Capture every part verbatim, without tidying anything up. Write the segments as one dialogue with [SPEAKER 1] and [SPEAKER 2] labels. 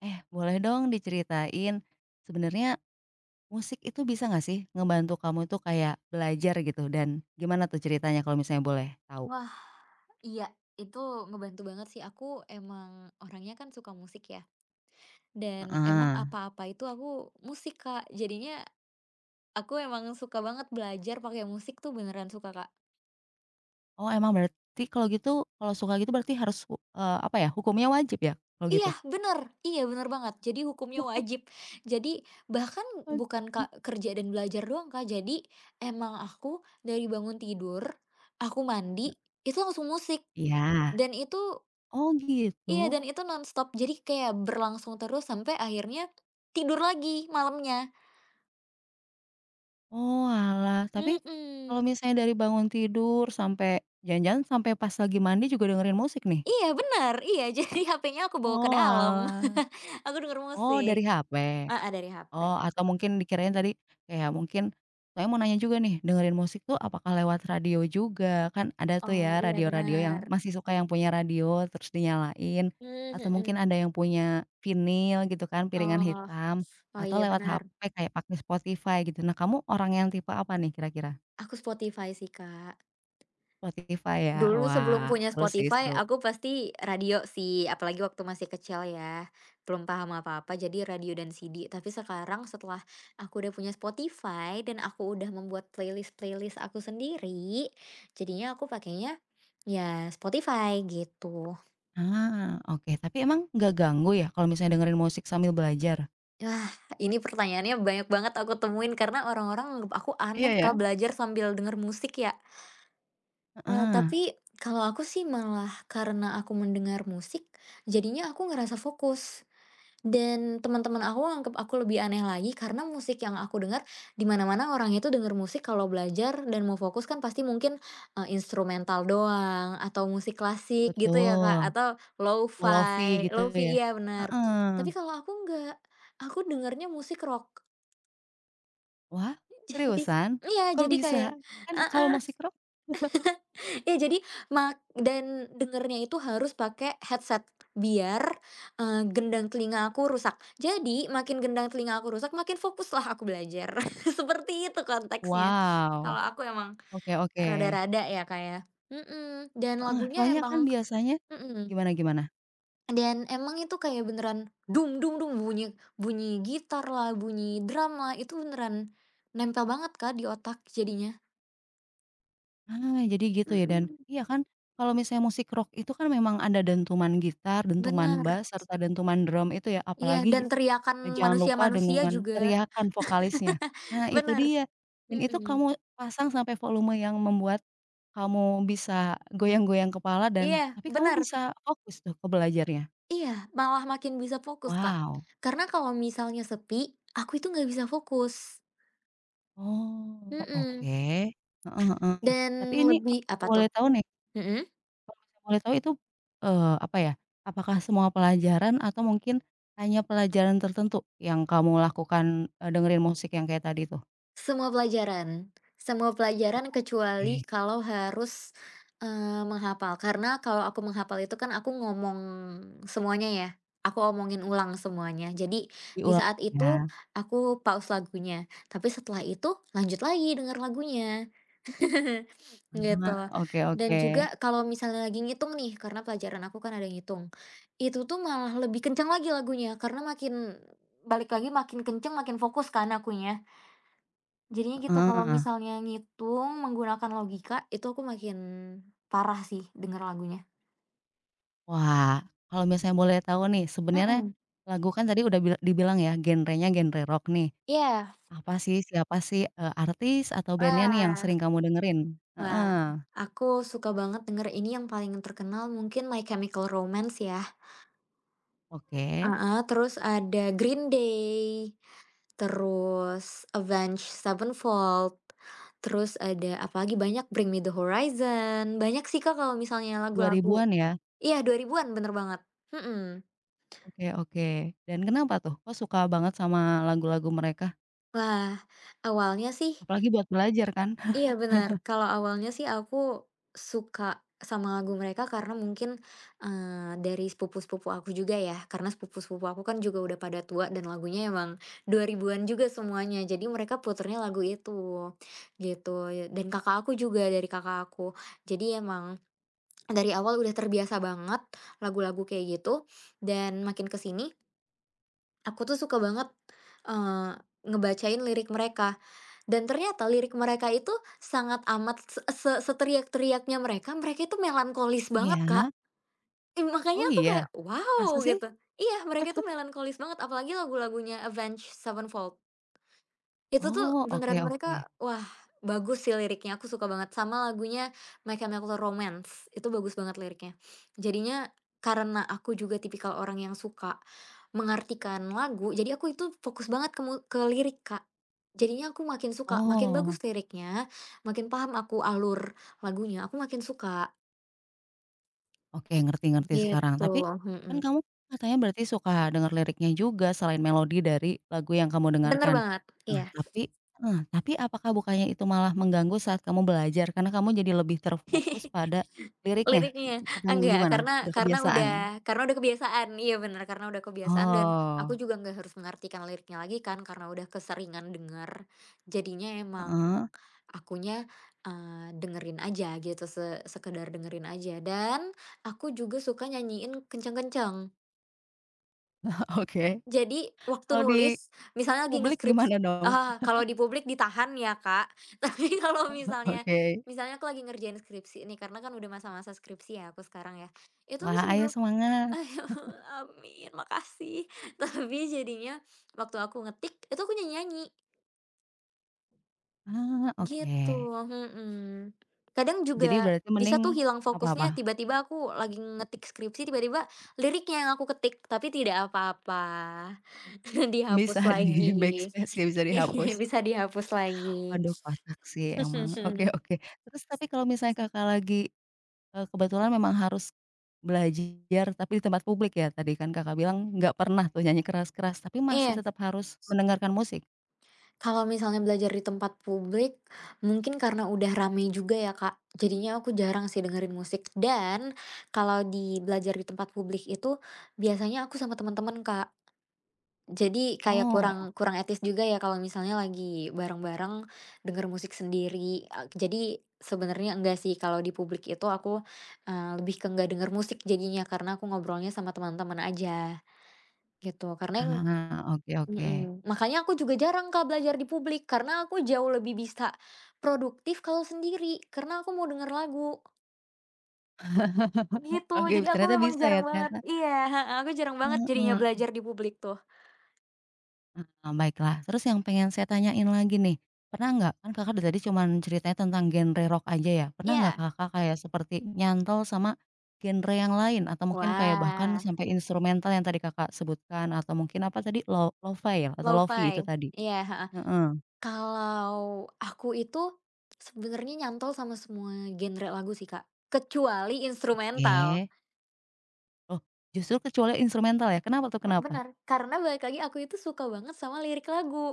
[SPEAKER 1] Eh, boleh dong diceritain, sebenarnya musik itu bisa nggak sih ngebantu kamu tuh kayak belajar gitu dan gimana tuh ceritanya kalau misalnya boleh tahu?
[SPEAKER 2] Wah, iya, itu ngebantu banget sih, aku emang orangnya kan suka musik ya, dan Mhm. Emang
[SPEAKER 1] Heeh.
[SPEAKER 2] apa-apa itu aku musik, Kak. Jadinya aku emang suka banget belajar pakai musik tuh beneran suka, Kak.
[SPEAKER 1] Oh, emang berarti kalau gitu, kalau suka gitu berarti harus, eee, apa ya, hukumnya wajib ya kalau gitu?
[SPEAKER 2] Iya, bener! Iya, bener banget. Jadi hukumnya wajib. Jadi bahkan
[SPEAKER 1] Oke.
[SPEAKER 2] bukan kak kerja dan belajar doang, Kak. Jadi emang aku dari bangun tidur, aku mandi, itu langsung musik,
[SPEAKER 1] Iya.
[SPEAKER 2] dan itu
[SPEAKER 1] Oh, gitu?
[SPEAKER 2] iya, dan itu nonstop, jadi kayak berlangsung terus sampai akhirnya tidur lagi malamnya.
[SPEAKER 1] Oh alah. Tapi kalau
[SPEAKER 2] Mhm.
[SPEAKER 1] misalnya dari bangun tidur sampai jangan-jangan sampai pas lagi mandi juga dengerin musik nih?
[SPEAKER 2] Iya bener, iya, jadi ha pe-nya aku bawa ke
[SPEAKER 1] Oh
[SPEAKER 2] dalam.
[SPEAKER 1] alah.
[SPEAKER 2] Aku denger
[SPEAKER 1] Oh,
[SPEAKER 2] musik.
[SPEAKER 1] dari H P?
[SPEAKER 2] ah ah, dari ha pe.
[SPEAKER 1] Oh, atau mungkin dikirain tadi kayak mungkin saya mau nanya juga nih, dengerin musik tuh apakah lewat radio juga? Kan ada tuh
[SPEAKER 2] Oh,
[SPEAKER 1] ya
[SPEAKER 2] iya
[SPEAKER 1] radio-radio yang
[SPEAKER 2] benar.
[SPEAKER 1] masih suka yang punya radio terus dinyalain, atau mungkin
[SPEAKER 2] Mhm.
[SPEAKER 1] ada yang punya vinil gitu kan, piringan
[SPEAKER 2] Oh.
[SPEAKER 1] hitam,
[SPEAKER 2] Oh,
[SPEAKER 1] atau
[SPEAKER 2] iya
[SPEAKER 1] lewat
[SPEAKER 2] benar.
[SPEAKER 1] H P kayak pakai Spotify gitu. Nah, kamu orang yang tipe apa nih kira-kira?
[SPEAKER 2] Aku Spotify sih, Kak.
[SPEAKER 1] Spotify ya?
[SPEAKER 2] Dulu sebelum
[SPEAKER 1] Wah,
[SPEAKER 2] punya
[SPEAKER 1] seru sih,
[SPEAKER 2] Spotify,
[SPEAKER 1] seru.
[SPEAKER 2] aku pasti radio sih, apalagi waktu masih kecil ya, belum paham apa-apa, jadi radio dan se de. Tapi sekarang setelah aku udah punya Spotify dan aku udah membuat playlist-playlist aku sendiri, jadinya aku pakainya ya Spotify gitu.
[SPEAKER 1] Ah, oke. Tapi emang nggak ganggu ya kalau misalnya dengerin musik sambil belajar?
[SPEAKER 2] Wah, ini pertanyaannya banyak banget aku temuin karena orang-orang anggap aku aneh
[SPEAKER 1] Iya
[SPEAKER 2] kalau
[SPEAKER 1] ya.
[SPEAKER 2] belajar sambil denger musik ya. Wah,
[SPEAKER 1] Heeh,
[SPEAKER 2] tapi kalau aku sih malah karena aku mendengar musik, jadinya aku ngerasa fokus. Dan teman-teman aku anggap aku lebih aneh lagi karena musik yang aku dengar di mana-mana orang itu denger musik kalau belajar dan mau fokus kan pasti mungkin eh, instrumental doang atau musik klasik gitu ya Kak
[SPEAKER 1] betul.
[SPEAKER 2] atau
[SPEAKER 1] Polovi
[SPEAKER 2] lo-fi.
[SPEAKER 1] gitu ya?
[SPEAKER 2] Lo-fi iya benar. Tapi
[SPEAKER 1] Heeh.
[SPEAKER 2] kalau aku enggak, aku dengarnya musik rock.
[SPEAKER 1] Wah, seriusan?
[SPEAKER 2] Iya,
[SPEAKER 1] Kok
[SPEAKER 2] jadi kayak
[SPEAKER 1] bisa? Kan kalau musik rock
[SPEAKER 2] iya jadi mak dan dengernya itu harus pakai headset biar, eee, gendang telinga aku rusak. Jadi makin gendang telinga aku rusak makin fokuslah aku belajar. Seperti itu konteksnya.
[SPEAKER 1] wow,
[SPEAKER 2] Kalau aku emang
[SPEAKER 1] oke oke.
[SPEAKER 2] rada-rada ya, Kak, ya. Mhm, dan
[SPEAKER 1] Heeh,
[SPEAKER 2] lagunya
[SPEAKER 1] soalnya kan
[SPEAKER 2] emang
[SPEAKER 1] biasanya
[SPEAKER 2] mhm,
[SPEAKER 1] gimana gimana?
[SPEAKER 2] dan emang itu kayak beneran bunyi bunyi gitarlah, bunyi drumlah, itu beneran nempel banget, Kak, di otak jadinya.
[SPEAKER 1] Ah, jadi gitu ya dan
[SPEAKER 2] Mhm,
[SPEAKER 1] iya kan kalau misalnya musik rock itu kan memang ada dentuman gitar, dentuman
[SPEAKER 2] bener.
[SPEAKER 1] bass, serta dentuman drum itu ya,
[SPEAKER 2] Iya, dan
[SPEAKER 1] apalagi
[SPEAKER 2] teriakan
[SPEAKER 1] Eee, jangan lupa
[SPEAKER 2] manusia-manusia
[SPEAKER 1] dengan
[SPEAKER 2] juga.
[SPEAKER 1] teriakan vokalisnya. Nah itu
[SPEAKER 2] Bener.
[SPEAKER 1] dia, dan itu
[SPEAKER 2] Mhm.
[SPEAKER 1] kamu pasang sampai volume yang membuat kamu bisa goyang-goyang kepala
[SPEAKER 2] Iya,
[SPEAKER 1] dan tapi kamu
[SPEAKER 2] bener.
[SPEAKER 1] bisa fokus tuh ke belajarnya.
[SPEAKER 2] Iya, malah makin bisa fokus, Kak.
[SPEAKER 1] Wow.
[SPEAKER 2] Karena kalau misalnya sepi, aku itu nggak bisa fokus.
[SPEAKER 1] Oh, oke.
[SPEAKER 2] Mhm,
[SPEAKER 1] Heeh heeh.
[SPEAKER 2] dan
[SPEAKER 1] Tapi ini kalau
[SPEAKER 2] lebih
[SPEAKER 1] saya
[SPEAKER 2] apa tuh?
[SPEAKER 1] boleh tahu nih,
[SPEAKER 2] Mhm?
[SPEAKER 1] kalau misalnya boleh tahu itu, eee, apa ya, apakah semua pelajaran atau mungkin hanya pelajaran tertentu yang kamu lakukan, eee, dengerin musik yang kayak tadi tuh?
[SPEAKER 2] Semua pelajaran semua pelajaran kecuali
[SPEAKER 1] Oke,
[SPEAKER 2] kalau harus, eee, menghafal. Karena kalau aku menghafal itu kan aku ngomong semuanya ya, aku omongin ulang semuanya. Jadi di
[SPEAKER 1] diulang
[SPEAKER 2] saat itu
[SPEAKER 1] ya.
[SPEAKER 2] aku pause lagunya, tapi setelah itu lanjut lagi denger lagunya,
[SPEAKER 1] Ah,
[SPEAKER 2] gitu.
[SPEAKER 1] oke
[SPEAKER 2] Dan
[SPEAKER 1] oke,
[SPEAKER 2] juga kalau misalnya lagi ngitung nih, karena pelajaran aku kan ada ngitung, itu tuh malah lebih kencang lagi lagunya, karena makin balik lagi makin kencang, makin fokus kan akunya. Jadinya gitu, kalau
[SPEAKER 1] heeh.
[SPEAKER 2] misalnya ngitung menggunakan logika, itu aku makin parah sih denger lagunya.
[SPEAKER 1] Wah, kalau misalnya boleh tahu nih, sebenarnya
[SPEAKER 2] Mhm,
[SPEAKER 1] lagu kan tadi udah bila dibilang ya genrenya genre rock nih,
[SPEAKER 2] iya.
[SPEAKER 1] apa sih, siapa sih, eee, artis atau bandnya nih yang
[SPEAKER 2] Wah
[SPEAKER 1] sering kamu dengerin?
[SPEAKER 2] wah,
[SPEAKER 1] Heeh,
[SPEAKER 2] aku suka banget denger ini yang paling terkenal mungkin My Chemical Romance ya,
[SPEAKER 1] oke,
[SPEAKER 2] ah. Terus ada Green Day, terus Avenged Sevenfold, terus ada apa lagi banyak, Bring Me The Horizon, banyak sih, Kak, kalau misalnya lagu-lagu
[SPEAKER 1] dua ribuan-an ya?
[SPEAKER 2] iya dua ribuan-an, bener banget, mhm.
[SPEAKER 1] Oke oke, dan kenapa tuh? Kok suka banget sama lagu-lagu mereka?
[SPEAKER 2] Wah, awalnya sih
[SPEAKER 1] Apalagi buat belajar kan?
[SPEAKER 2] iya benar, kalau awalnya sih aku suka sama lagu mereka karena mungkin, eee, dari sepupu-sepupu aku juga ya, karena sepupu-sepupu aku kan juga udah pada tua dan lagunya emang dua ribuan-an juga semuanya, jadi mereka puternya lagu itu, gitu. Dan kakak aku juga, dari kakak aku. Jadi emang dari awal udah terbiasa banget lagu-lagu kayak gitu, dan makin kesini. Aku tuh suka banget, eee, ngebacain lirik mereka. Dan ternyata lirik mereka itu sangat amat se se seteriak-teriaknya mereka, mereka itu melankolis banget, Kak.
[SPEAKER 1] Iya?
[SPEAKER 2] Ih, makanya
[SPEAKER 1] Oh
[SPEAKER 2] aku
[SPEAKER 1] iya?
[SPEAKER 2] kayak,
[SPEAKER 1] Masa
[SPEAKER 2] "Wow!"
[SPEAKER 1] sih?
[SPEAKER 2] gitu. Iya, mereka itu melankolis banget, apalagi lagu-lagunya Avenged Sevenfold. Itu tuh
[SPEAKER 1] Oh, oke
[SPEAKER 2] beneran
[SPEAKER 1] oke.
[SPEAKER 2] mereka, wah bagus sih liriknya, aku suka banget, sama lagunya My Chemical Romance, itu bagus banget liriknya. Jadinya karena aku juga tipikal orang yang suka mengartikan lagu, jadi aku itu fokus banget ke mu ke lirik, Kak. Jadinya aku makin suka, makin
[SPEAKER 1] Oh.
[SPEAKER 2] bagus liriknya, makin paham aku alur lagunya, aku makin suka,
[SPEAKER 1] Oke, ngerti-ngerti sekarang.
[SPEAKER 2] gitu,
[SPEAKER 1] Tapi, kan
[SPEAKER 2] mhm.
[SPEAKER 1] kamu katanya berarti suka denger liriknya juga selain melodi dari lagu yang kamu
[SPEAKER 2] Bener
[SPEAKER 1] dengarkan.
[SPEAKER 2] banget,
[SPEAKER 1] Nah,
[SPEAKER 2] iya.
[SPEAKER 1] tapi heeh, tapi apakah bukannya itu malah mengganggu saat kamu belajar karena kamu jadi lebih terfokus pada liriknya?
[SPEAKER 2] Liriknya? Ya?
[SPEAKER 1] Atau
[SPEAKER 2] Enggak,
[SPEAKER 1] gimana?
[SPEAKER 2] karena
[SPEAKER 1] Udah
[SPEAKER 2] karena
[SPEAKER 1] kebiasaan?
[SPEAKER 2] udah karena udah kebiasaan, iya bener, karena udah kebiasaan dan aku
[SPEAKER 1] Oh,
[SPEAKER 2] juga nggak harus mengartikan liriknya lagi kan karena udah keseringan denger. Jadinya emang
[SPEAKER 1] heeh,
[SPEAKER 2] akunya, eee, dengerin aja gitu, se sekedar dengerin aja dan aku juga suka nyanyiin kenceng-kenceng.
[SPEAKER 1] oke.
[SPEAKER 2] Jadi waktu
[SPEAKER 1] Kalau di
[SPEAKER 2] nulis, misalnya lagi
[SPEAKER 1] publik
[SPEAKER 2] ngeskripsi
[SPEAKER 1] gimana dong?
[SPEAKER 2] heeh, kalau di publik ditahan ya, Kak. Tapi kalau misalnya
[SPEAKER 1] Oke.
[SPEAKER 2] misalnya aku lagi ngerjain skripsi nih, karena kan udah masa-masa skripsi ya aku sekarang ya, itu aku
[SPEAKER 1] Wah, ayo
[SPEAKER 2] sambil
[SPEAKER 1] semangat.
[SPEAKER 2] ayo, amin, makasih. Tapi jadinya waktu aku ngetik, itu aku nyanyi-nyanyi,
[SPEAKER 1] Ah, oke.
[SPEAKER 2] gitu, mhm. Kadang
[SPEAKER 1] Jadi
[SPEAKER 2] juga
[SPEAKER 1] berarti
[SPEAKER 2] bisa tuh
[SPEAKER 1] mending
[SPEAKER 2] hilang
[SPEAKER 1] apa apa?
[SPEAKER 2] fokusnya, tiba-tiba aku lagi ngetik skripsi, tiba-tiba liriknya yang aku ketik, tapi tidak apa-apa, dihapus
[SPEAKER 1] Bisa di
[SPEAKER 2] lagi.
[SPEAKER 1] backspace ya, bisa dihapus.
[SPEAKER 2] Bisa dihapus lagi.
[SPEAKER 1] Waduh kocak sih emang, oke oke. Terus tapi kalau misalnya Kakak lagi, eee, kebetulan memang harus belajar tapi di tempat publik ya tadi kan Kakak bilang nggak pernah tuh nyanyi keras-keras tapi masih
[SPEAKER 2] Iya.
[SPEAKER 1] tetap harus mendengarkan musik?
[SPEAKER 2] Kalau misalnya belajar di tempat publik, mungkin karena udah rame juga ya, Kak, jadinya aku jarang sih dengerin musik. Dan kalau di belajar di tempat publik itu biasanya aku sama teman-teman Kak. Jadi kayak
[SPEAKER 1] Oh,
[SPEAKER 2] kurang Mhm. kurang etis juga ya kalau misalnya lagi bareng-bareng denger musik sendiri, eee, jadi sebenarnya enggak sih kalau di publik itu aku, eee, lebih ke nggak denger musik jadinya karena aku ngobrolnya sama teman-teman aja gitu. Karena
[SPEAKER 1] ah, oke oke.
[SPEAKER 2] mhm, makanya aku juga jarang Kak belajar di publik, karena aku jauh lebih bisa produktif kalau sendiri, karena aku mau denger lagu, gitu.
[SPEAKER 1] Oke
[SPEAKER 2] Jadi aku
[SPEAKER 1] ternyata
[SPEAKER 2] memang
[SPEAKER 1] bisa ya
[SPEAKER 2] jarang banget
[SPEAKER 1] ternyata
[SPEAKER 2] iya, aku jarang banget jadinya Mhm.
[SPEAKER 1] heeh.
[SPEAKER 2] belajar di publik tuh.
[SPEAKER 1] Eee, baiklah. Terus yang pengen saya tanyain lagi nih, pernah nggak kan Kakak dari tadi cuman ceritanya tentang genre rock aja ya, pernah nggak
[SPEAKER 2] Iya.
[SPEAKER 1] Kakak kayak seperti nyantol sama genre yang lain? Atau mungkin kayak bahkan
[SPEAKER 2] Wah,
[SPEAKER 1] sampai instrumental yang tadi Kakak sebutkan atau mungkin apa tadi, lo lo-fi ya atau lofi itu
[SPEAKER 2] lo-fi.
[SPEAKER 1] tadi?
[SPEAKER 2] Iya, heeh.
[SPEAKER 1] Heeh.
[SPEAKER 2] Kalau aku itu sebenarnya nyantol sama semua genre lagu sih Kak, kecuali instrumental.
[SPEAKER 1] Oke. Oh, justru kecuali instrumental ya? Kenapa tuh, kenapa?
[SPEAKER 2] Benar karena balik lagi aku itu suka banget sama lirik lagu,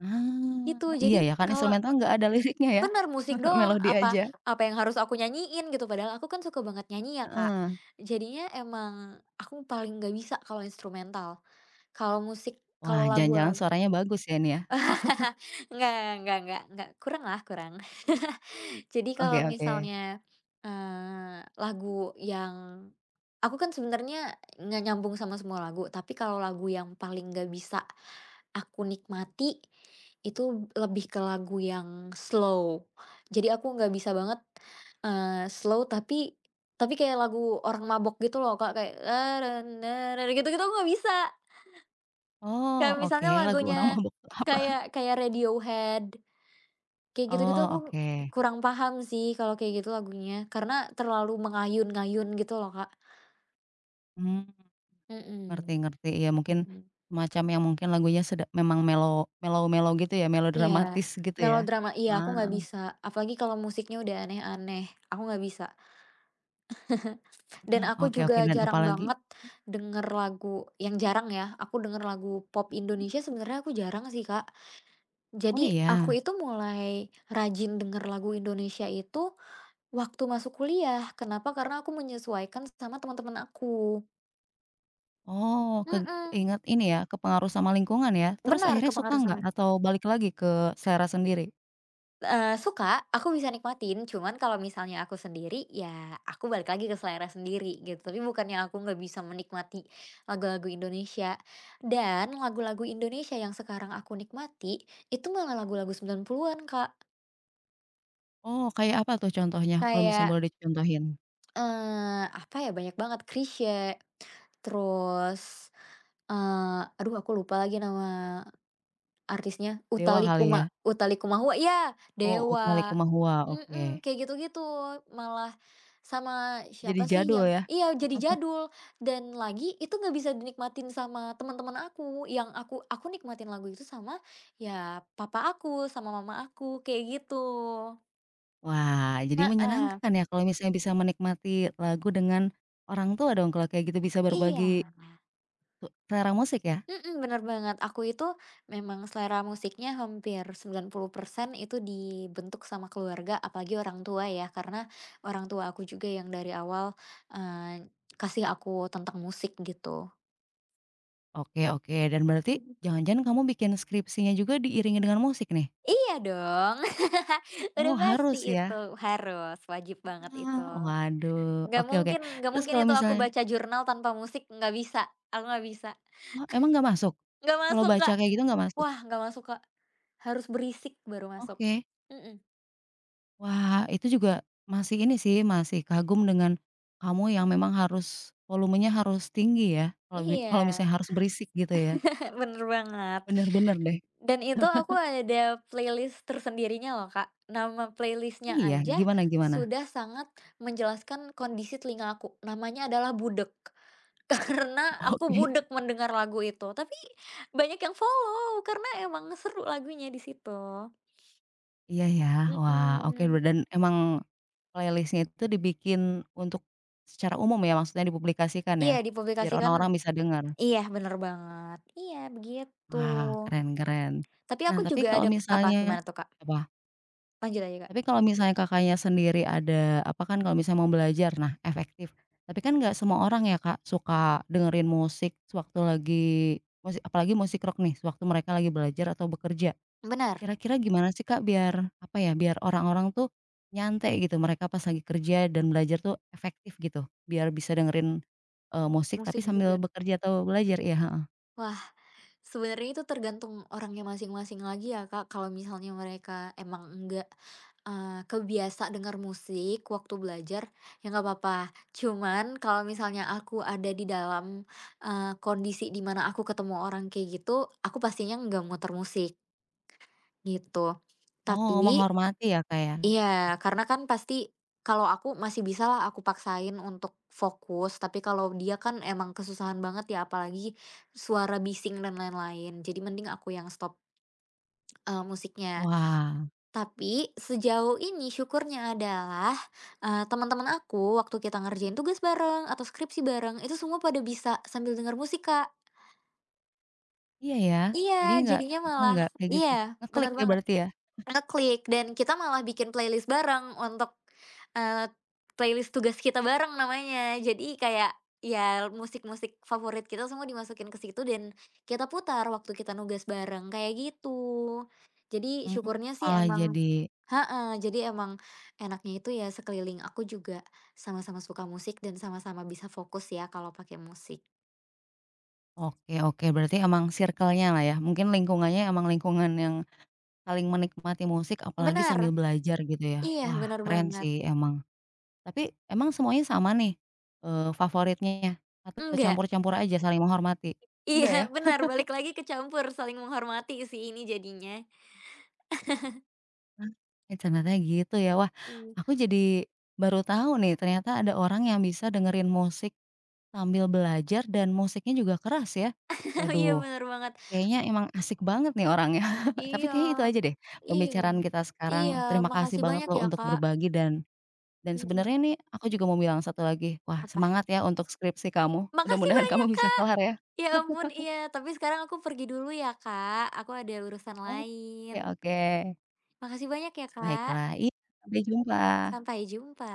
[SPEAKER 1] Ah,
[SPEAKER 2] itu
[SPEAKER 1] iya
[SPEAKER 2] jadi
[SPEAKER 1] ya kan
[SPEAKER 2] kalau
[SPEAKER 1] instrumental nggak ada liriknya ya?
[SPEAKER 2] bener, musik doang.
[SPEAKER 1] Melodi
[SPEAKER 2] Apa
[SPEAKER 1] aja?
[SPEAKER 2] apa yang harus aku nyanyiin gitu, padahal aku kan suka banget nyanyi ya, Kak.
[SPEAKER 1] Heeh.
[SPEAKER 2] Jadinya emang aku paling nggak bisa kalau instrumental. Kalau musik
[SPEAKER 1] Wah,
[SPEAKER 2] kalau
[SPEAKER 1] jangan-jangan
[SPEAKER 2] lagu-lagu
[SPEAKER 1] suaranya bagus ya ini ya?
[SPEAKER 2] nggak nggak nggak nggak kurang lah, kurang. Jadi
[SPEAKER 1] Oke
[SPEAKER 2] kalau
[SPEAKER 1] oke.
[SPEAKER 2] misalnya, eee, lagu yang aku kan sebenarnya nggak nyambung sama semua lagu, tapi kalau lagu yang paling nggak bisa aku nikmati, itu lebih ke lagu yang slow. Jadi aku nggak bisa banget, eee, slow tapi tapi kayak lagu orang mabok gitu loh, Kak, kayak gitu-gitu aku nggak bisa.
[SPEAKER 1] Oh,
[SPEAKER 2] Kayak
[SPEAKER 1] oke,
[SPEAKER 2] misalnya
[SPEAKER 1] lagu
[SPEAKER 2] lagunya
[SPEAKER 1] orang mabuk tuh apa?
[SPEAKER 2] kayak kayak Radiohead. Kayak gitu-gitu
[SPEAKER 1] Oh,
[SPEAKER 2] aku
[SPEAKER 1] oke.
[SPEAKER 2] kurang paham sih kalau kayak gitu lagunya, karena terlalu mengayun-ngayun gitu loh, Kak.
[SPEAKER 1] Mmm, ngerti
[SPEAKER 2] Mhm,
[SPEAKER 1] ngerti, ya mungkin
[SPEAKER 2] mhm.
[SPEAKER 1] semacam yang mungkin lagunya sedap memang melo melo melo gitu ya,
[SPEAKER 2] Iya,
[SPEAKER 1] melodramatis gitu ya?
[SPEAKER 2] melodrama iya, aku
[SPEAKER 1] Ah,
[SPEAKER 2] nggak bisa, apalagi kalau musiknya udah aneh-aneh, aku nggak bisa. Dan aku
[SPEAKER 1] oke oke,
[SPEAKER 2] juga
[SPEAKER 1] dan
[SPEAKER 2] jarang
[SPEAKER 1] apalagi?
[SPEAKER 2] banget denger lagu yang jarang ya, aku denger lagu pop Indonesia sebenarnya aku jarang sih, Kak.
[SPEAKER 1] Oh
[SPEAKER 2] Jadi aku
[SPEAKER 1] iya?
[SPEAKER 2] itu mulai rajin denger lagu Indonesia itu waktu masuk kuliah, kenapa? Karena aku menyesuaikan sama teman-teman aku.
[SPEAKER 1] Oh, keg
[SPEAKER 2] Mhm.
[SPEAKER 1] ingat ini ya, kepengaruh sama lingkungan ya? Terus
[SPEAKER 2] Benar,
[SPEAKER 1] akhirnya suka
[SPEAKER 2] kepengaruh
[SPEAKER 1] nggak
[SPEAKER 2] sangat.
[SPEAKER 1] atau balik lagi ke selera sendiri?
[SPEAKER 2] Eee, suka, aku bisa nikmatin, cuman kalau misalnya aku sendiri, ya aku balik lagi ke selera sendiri gitu, tapi bukannya aku nggak bisa menikmati lagu-lagu Indonesia. Dan lagu-lagu Indonesia yang sekarang aku nikmati, itu malah lagu-lagu sembilan puluhan-an, Kak.
[SPEAKER 1] Oh, kayak apa tuh contohnya kalau misalnya
[SPEAKER 2] Kayak,
[SPEAKER 1] boleh dicontohin?
[SPEAKER 2] eee, apa ya, banyak banget, Chrisye, terus, eee, aduh aku lupa lagi nama artisnya? Utha
[SPEAKER 1] Dewa kali ya?
[SPEAKER 2] Likuma Utha Likumahua iya,
[SPEAKER 1] Oh, "Utha
[SPEAKER 2] Dewa.
[SPEAKER 1] Likumahua",
[SPEAKER 2] Mhm,
[SPEAKER 1] oke.
[SPEAKER 2] kayak gitu-gitu, malah sama
[SPEAKER 1] Jadi
[SPEAKER 2] siapa sih
[SPEAKER 1] jadul
[SPEAKER 2] yang
[SPEAKER 1] ya?
[SPEAKER 2] iya, jadi jadul dan lagi itu nggak bisa dinikmatin sama teman-teman aku, yang aku aku nikmatin lagu itu sama ya papa aku, sama mama aku, kayak gitu.
[SPEAKER 1] Wah, jadi
[SPEAKER 2] Heeh,
[SPEAKER 1] menyenangkan ya kalau misalnya bisa menikmati lagu dengan orang tua dong kalau kayak gitu bisa berbagi
[SPEAKER 2] iya.
[SPEAKER 1] tu selera musik ya?
[SPEAKER 2] Mhm, bener banget. Aku itu memang selera musiknya hampir sembilan puluh persen itu dibentuk sama keluarga, apalagi orang tua ya, karena orang tua aku juga yang dari awal, eee, kasih aku tentang musik gitu.
[SPEAKER 1] Oke oke, dan berarti
[SPEAKER 2] Mhm.
[SPEAKER 1] jangan-jangan kamu bikin skripsinya juga diiringi dengan musik nih?
[SPEAKER 2] Iya dong, udah
[SPEAKER 1] Oh
[SPEAKER 2] pasti
[SPEAKER 1] harus
[SPEAKER 2] itu,
[SPEAKER 1] ya?
[SPEAKER 2] harus, wajib banget
[SPEAKER 1] Wah,
[SPEAKER 2] itu.
[SPEAKER 1] waduh,
[SPEAKER 2] Nggak
[SPEAKER 1] oke oke.
[SPEAKER 2] mungkin nggak
[SPEAKER 1] Terus
[SPEAKER 2] mungkin
[SPEAKER 1] kalau
[SPEAKER 2] itu aku
[SPEAKER 1] misalnya
[SPEAKER 2] baca jurnal tanpa musik, nggak bisa, aku nggak bisa.
[SPEAKER 1] oh emang nggak masuk?
[SPEAKER 2] Nggak
[SPEAKER 1] Kalau
[SPEAKER 2] masuk,
[SPEAKER 1] baca
[SPEAKER 2] Kak.
[SPEAKER 1] kayak gitu nggak masuk?
[SPEAKER 2] Wah, nggak masuk, Kak. Harus berisik baru masuk.
[SPEAKER 1] Oke.
[SPEAKER 2] Mhm,
[SPEAKER 1] Wah itu juga masih ini sih, masih kagum dengan kamu yang memang harus volumenya harus tinggi ya, kalau bi kalau
[SPEAKER 2] iya.
[SPEAKER 1] misalnya harus berisik gitu ya?
[SPEAKER 2] Bener banget.
[SPEAKER 1] Bener-bener deh.
[SPEAKER 2] Dan itu aku ada playlist tersendirinya loh, Kak. Nama
[SPEAKER 1] Oh
[SPEAKER 2] playlistnya
[SPEAKER 1] iya?
[SPEAKER 2] aja
[SPEAKER 1] Gimana gimana?
[SPEAKER 2] sudah sangat menjelaskan kondisi telinga aku. Namanya adalah Budek. Karena aku
[SPEAKER 1] Oke.
[SPEAKER 2] budek mendengar lagu itu, tapi banyak yang follow karena emang seru lagunya di situ.
[SPEAKER 1] Iya ya? Wah, oke be
[SPEAKER 2] Mhm.
[SPEAKER 1] dan emang playlistnya itu dibikin untuk secara umum ya, maksudnya dipublikasikan ya?
[SPEAKER 2] Iya,
[SPEAKER 1] Biar
[SPEAKER 2] dipublikasikan
[SPEAKER 1] orang-orang bisa dengar?
[SPEAKER 2] iya, bener banget. Iya, begitu.
[SPEAKER 1] Wah, keren keren.
[SPEAKER 2] Tapi
[SPEAKER 1] Nah,
[SPEAKER 2] aku
[SPEAKER 1] tapi
[SPEAKER 2] juga
[SPEAKER 1] kalau
[SPEAKER 2] ada apa,
[SPEAKER 1] misalnya
[SPEAKER 2] gimana tuh, Kak?
[SPEAKER 1] apa?
[SPEAKER 2] Lanjut aja, Kak.
[SPEAKER 1] Tapi kalau misalnya Kakaknya sendiri ada apa kan kalau misalnya mau belajar, nah efektif. Tapi kan nggak semua orang ya Kak, suka dengerin musik sewaktu lagi musik apalagi musik rock nih, sewaktu mereka lagi belajar atau bekerja.
[SPEAKER 2] Benar,
[SPEAKER 1] Kira-kira gimana sih Kak biar, apa ya, biar orang-orang tuh nyantai gitu mereka pas lagi kerja dan belajar tuh efektif gitu? Biar bisa dengerin, eee, musik tapi
[SPEAKER 2] musik
[SPEAKER 1] sambil
[SPEAKER 2] juga.
[SPEAKER 1] bekerja atau belajar ya? Heeh.
[SPEAKER 2] Wah. Sebenarnya itu tergantung orangnya masing-masing lagi ya, Kak. Kalau misalnya mereka emang enggak, eee, kebiasa dengar musik waktu belajar, ya nggak apa-apa. Cuman kalau misalnya aku ada di dalam, eee, kondisi di mana aku ketemu orang kayak gitu, aku pastinya nggak muter musik, gitu.
[SPEAKER 1] Oh,
[SPEAKER 2] Tapi,
[SPEAKER 1] menghormati ya Kak ya?
[SPEAKER 2] iya, karena kan pasti kalau aku masih bisa lah aku paksain untuk fokus, tapi kalau dia kan emang kesusahan banget ya, apalagi suara bising dan lain-lain. Jadi mending aku yang stop, eee, musiknya.
[SPEAKER 1] Wah,
[SPEAKER 2] Tapi sejauh ini syukurnya adalah, eee, teman-teman aku waktu kita ngerjain tugas bareng atau skripsi bareng, itu semua pada bisa sambil denger musik, Kak.
[SPEAKER 1] iya ya.
[SPEAKER 2] Iya,
[SPEAKER 1] Jadi nggak
[SPEAKER 2] jadinya malah
[SPEAKER 1] nggak kayak gitu.
[SPEAKER 2] iya,
[SPEAKER 1] Ngeklik
[SPEAKER 2] benar
[SPEAKER 1] ya
[SPEAKER 2] banget.
[SPEAKER 1] berarti ya?
[SPEAKER 2] Ngeklik dan kita malah bikin playlist bareng untuk, eee, playlist tugas kita bareng namanya. Jadi kayak, ya musik-musik favorit kita semua dimasukin ke situ dan kita putar waktu kita nugas bareng, kayak gitu. Jadi
[SPEAKER 1] Mmm,
[SPEAKER 2] syukurnya sih
[SPEAKER 1] malah
[SPEAKER 2] emang
[SPEAKER 1] jadi
[SPEAKER 2] heeh, jadi emang enaknya itu ya sekeliling aku juga sama-sama suka musik dan sama-sama bisa fokus ya kalau pakai musik.
[SPEAKER 1] oke oke, berarti emang circle-nya lah ya, mungkin lingkungannya emang lingkungan yang saling menikmati musik apalagi
[SPEAKER 2] Benar,
[SPEAKER 1] sambil belajar gitu ya?
[SPEAKER 2] iya
[SPEAKER 1] Wah,
[SPEAKER 2] benar
[SPEAKER 1] keren
[SPEAKER 2] banget.
[SPEAKER 1] sih emang. Tapi emang semuanya sama nih, eee, favoritnya atau
[SPEAKER 2] Enggak,
[SPEAKER 1] campur-campur aja saling menghormati?
[SPEAKER 2] iya
[SPEAKER 1] Enggak ya?
[SPEAKER 2] benar balik lagi ke campur, saling menghormati sih ini jadinya.
[SPEAKER 1] Eh, ternyata gitu ya. Wah,
[SPEAKER 2] Iya.
[SPEAKER 1] aku jadi baru tahu nih ternyata ada orang yang bisa dengerin musik sambil belajar dan musiknya juga keras ya.
[SPEAKER 2] Iya,
[SPEAKER 1] Waduh,
[SPEAKER 2] bener banget.
[SPEAKER 1] kayaknya emang asik banget nih orangnya. Tapi
[SPEAKER 2] Iya
[SPEAKER 1] kayaknya itu aja deh
[SPEAKER 2] iya
[SPEAKER 1] pembicaraan kita
[SPEAKER 2] iya,
[SPEAKER 1] sekarang. Terima kasih
[SPEAKER 2] makasih
[SPEAKER 1] banget
[SPEAKER 2] banyak
[SPEAKER 1] loh
[SPEAKER 2] ya,
[SPEAKER 1] untuk
[SPEAKER 2] Kak.
[SPEAKER 1] berbagi dan dan
[SPEAKER 2] Mhm.
[SPEAKER 1] sebenarnya nih aku juga mau bilang satu lagi, wah
[SPEAKER 2] Apa?
[SPEAKER 1] semangat ya untuk skripsi kamu.
[SPEAKER 2] Makasih
[SPEAKER 1] Mudah-mudahan kamu
[SPEAKER 2] banyak,
[SPEAKER 1] bisa
[SPEAKER 2] Kak.
[SPEAKER 1] kelar ya.
[SPEAKER 2] Ya ampun, iya, tapi sekarang aku pergi dulu ya, Kak. Aku ada urusan lain.
[SPEAKER 1] Oke oke.
[SPEAKER 2] Makasih banyak ya, Kak.
[SPEAKER 1] Baiklah, iya, sampai jumpa.
[SPEAKER 2] Sampai jumpa.